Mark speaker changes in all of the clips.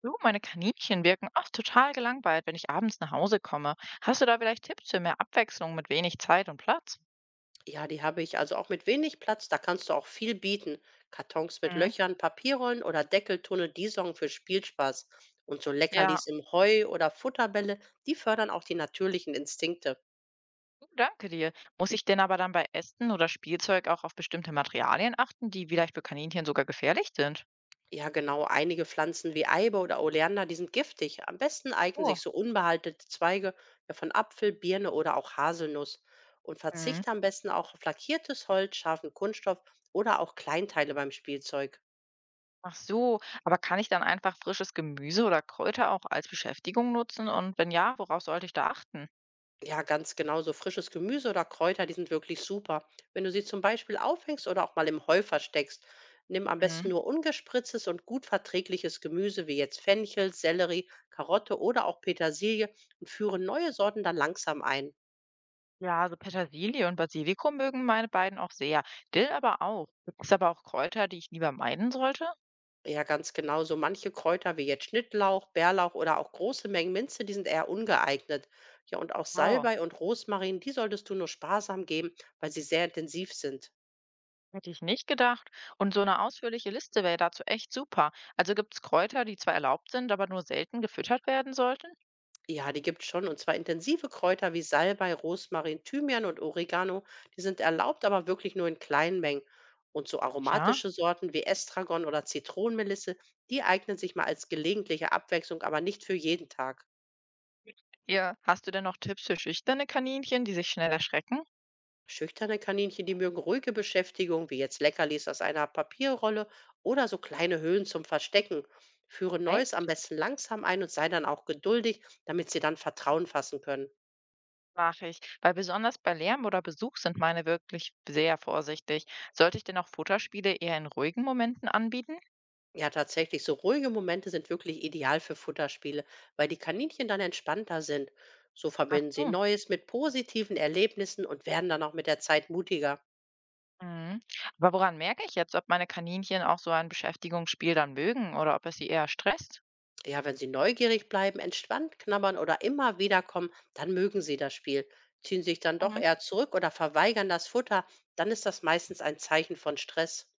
Speaker 1: Du, meine Kaninchen wirken oft total gelangweilt, wenn ich abends nach Hause komme. Hast du da vielleicht Tipps für mehr Abwechslung mit wenig Zeit und Platz?
Speaker 2: Ja, die habe ich. Also auch mit wenig Platz, da kannst du auch viel bieten. Kartons mit
Speaker 1: Mhm.
Speaker 2: Löchern, Papierrollen oder Deckeltunnel, die sorgen für Spielspaß. Und so
Speaker 1: Ja,
Speaker 2: Leckerlis im Heu oder Futterbälle, die fördern auch die natürlichen Instinkte.
Speaker 1: du, danke dir. Muss ich denn aber dann bei Ästen oder Spielzeug auch auf bestimmte Materialien achten, die vielleicht für Kaninchen sogar gefährlich sind?
Speaker 2: Ja, genau, einige Pflanzen wie Eibe oder Oleander, die sind giftig. Am besten eignen
Speaker 1: Oh.
Speaker 2: sich so unbehaltete Zweige, ja, von Apfel, Birne oder auch Haselnuss. Und
Speaker 1: Mhm.
Speaker 2: verzichte am besten auch auf lackiertes Holz, scharfen Kunststoff oder auch Kleinteile beim Spielzeug.
Speaker 1: Ach so, aber kann ich dann einfach frisches Gemüse oder Kräuter auch als Beschäftigung nutzen? Und wenn ja, worauf sollte ich da achten?
Speaker 2: Ja, ganz genau. So frisches Gemüse oder Kräuter, die sind wirklich super. Wenn du sie zum Beispiel aufhängst oder auch mal im Heu versteckst, nimm am besten
Speaker 1: Mhm.
Speaker 2: nur ungespritztes und gut verträgliches Gemüse wie jetzt Fenchel, Sellerie, Karotte oder auch Petersilie und führe neue Sorten dann langsam ein.
Speaker 1: Ja, also Petersilie und Basilikum mögen meine beiden auch sehr. Dill aber auch. Gibt es aber auch Kräuter, die ich lieber meiden sollte?
Speaker 2: Ja, ganz genau. So manche Kräuter wie jetzt Schnittlauch, Bärlauch oder auch große Mengen Minze, die sind eher ungeeignet. Ja, und auch
Speaker 1: Wow,
Speaker 2: Salbei und Rosmarin, die solltest du nur sparsam geben, weil sie sehr intensiv sind.
Speaker 1: hätte ich nicht gedacht. Und so eine ausführliche Liste wäre dazu echt super. Also gibt es Kräuter, die zwar erlaubt sind, aber nur selten gefüttert werden sollten?
Speaker 2: Ja, die gibt's schon. Und zwar intensive Kräuter wie Salbei, Rosmarin, Thymian und Oregano. Die sind erlaubt, aber wirklich nur in kleinen Mengen. Und so
Speaker 1: Ja.
Speaker 2: aromatische Sorten wie Estragon oder Zitronenmelisse, die eignen sich mal als gelegentliche Abwechslung, aber nicht für jeden Tag.
Speaker 1: Ja. Hast du denn noch Tipps für schüchterne Kaninchen, die sich schnell erschrecken?
Speaker 2: Schüchterne Kaninchen, die mögen ruhige Beschäftigung, wie jetzt Leckerlis aus einer Papierrolle oder so kleine Höhlen zum Verstecken. Führe Neues am
Speaker 1: Echt?
Speaker 2: besten langsam ein und sei dann auch geduldig, damit sie dann Vertrauen fassen können.
Speaker 1: Mache ich. Weil besonders bei Lärm oder Besuch sind meine wirklich sehr vorsichtig. Sollte ich denn auch Futterspiele eher in ruhigen Momenten anbieten?
Speaker 2: Ja, tatsächlich. So ruhige Momente sind wirklich ideal für Futterspiele, weil die Kaninchen dann entspannter sind. So
Speaker 1: Ach
Speaker 2: verbinden sie
Speaker 1: so.
Speaker 2: Neues mit positiven Erlebnissen und werden dann auch mit der Zeit mutiger.
Speaker 1: Mhm. Aber woran merke ich jetzt, ob meine Kaninchen auch so ein Beschäftigungsspiel dann mögen oder ob es sie eher stresst?
Speaker 2: Ja, wenn sie neugierig bleiben, entspannt knabbern oder immer wieder kommen, dann mögen sie das Spiel. Ziehen sich dann doch
Speaker 1: Mhm.
Speaker 2: eher zurück oder verweigern das Futter, dann ist das meistens ein Zeichen von Stress.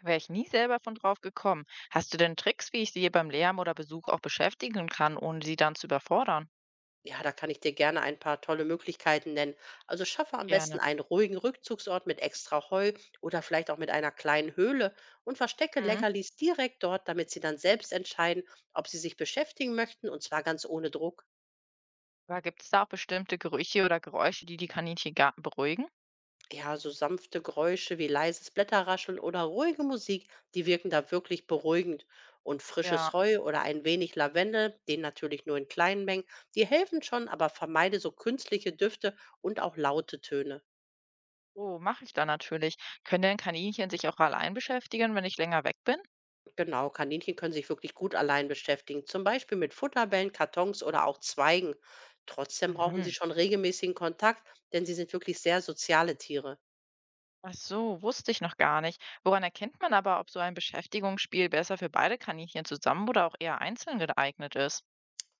Speaker 1: Wäre ich nie selber von drauf gekommen. Hast du denn Tricks, wie ich sie beim Lärm oder Besuch auch beschäftigen kann, ohne sie dann zu überfordern?
Speaker 2: Ja, da kann ich dir gerne ein paar tolle Möglichkeiten nennen. Also schaffe am besten
Speaker 1: Gerne.
Speaker 2: einen ruhigen Rückzugsort mit extra Heu oder vielleicht auch mit einer kleinen Höhle und verstecke
Speaker 1: Mhm.
Speaker 2: Leckerlis direkt dort, damit sie dann selbst entscheiden, ob sie sich beschäftigen möchten, und zwar ganz ohne Druck.
Speaker 1: Aber gibt es da auch bestimmte Gerüche oder Geräusche, die die Kaninchen gar beruhigen?
Speaker 2: Ja, so sanfte Geräusche wie leises Blätterrascheln oder ruhige Musik, die wirken da wirklich beruhigend. Und frisches
Speaker 1: Ja.
Speaker 2: Heu oder ein wenig Lavendel, den natürlich nur in kleinen Mengen, die helfen schon, aber vermeide so künstliche Düfte und auch laute Töne.
Speaker 1: Oh, mache ich dann natürlich. Können denn Kaninchen sich auch allein beschäftigen, wenn ich länger weg bin?
Speaker 2: Genau, Kaninchen können sich wirklich gut allein beschäftigen, zum Beispiel mit Futterbällen, Kartons oder auch Zweigen. Trotzdem brauchen sie
Speaker 1: Mhm.
Speaker 2: schon regelmäßigen Kontakt, denn sie sind wirklich sehr soziale Tiere.
Speaker 1: Ach so, wusste ich noch gar nicht. Woran erkennt man aber, ob so ein Beschäftigungsspiel besser für beide Kaninchen zusammen oder auch eher einzeln geeignet ist?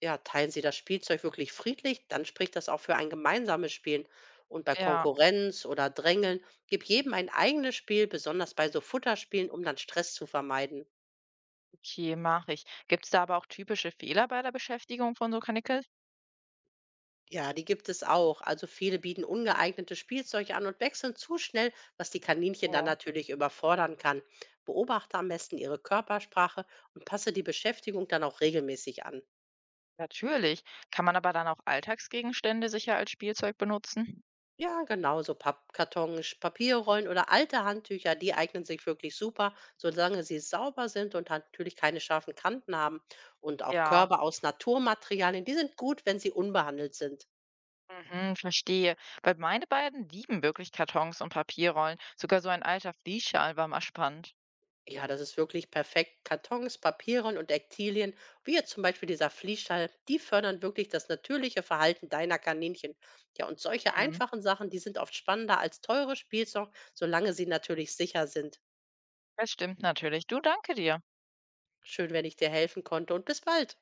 Speaker 2: Ja, teilen sie das Spielzeug wirklich friedlich, dann spricht das auch für ein gemeinsames Spielen. Und bei
Speaker 1: Ja,
Speaker 2: Konkurrenz oder Drängeln, gib jedem ein eigenes Spiel, besonders bei so Futterspielen, um dann Stress zu vermeiden.
Speaker 1: okay, mache ich. Gibt es da aber auch typische Fehler bei der Beschäftigung von so Kaninchen?
Speaker 2: Ja, die gibt es auch. Also viele bieten ungeeignetes Spielzeug an und wechseln zu schnell, was die Kaninchen dann
Speaker 1: Oh,
Speaker 2: natürlich überfordern kann. Beobachte am besten ihre Körpersprache und passe die Beschäftigung dann auch regelmäßig an.
Speaker 1: natürlich. Kann man aber dann auch Alltagsgegenstände sicher als Spielzeug benutzen?
Speaker 2: Ja, genauso Pappkartons, Papierrollen oder alte Handtücher, die eignen sich wirklich super, solange sie sauber sind und halt natürlich keine scharfen Kanten haben. Und auch
Speaker 1: Ja,
Speaker 2: Körbe aus Naturmaterialien, die sind gut, wenn sie unbehandelt sind.
Speaker 1: mhm, verstehe. Weil meine beiden lieben wirklich Kartons und Papierrollen. Sogar so ein alter Fließschal war mal spannend.
Speaker 2: Ja, das ist wirklich perfekt. Kartons, Papieren und Ektilien, wie jetzt zum Beispiel dieser Fließschall, die fördern wirklich das natürliche Verhalten deiner Kaninchen. Ja, und solche
Speaker 1: Hm,
Speaker 2: einfachen Sachen, die sind oft spannender als teure Spielzeug, solange sie natürlich sicher sind.
Speaker 1: das stimmt natürlich. Du, danke dir.
Speaker 2: Schön, wenn ich dir helfen konnte, und bis bald.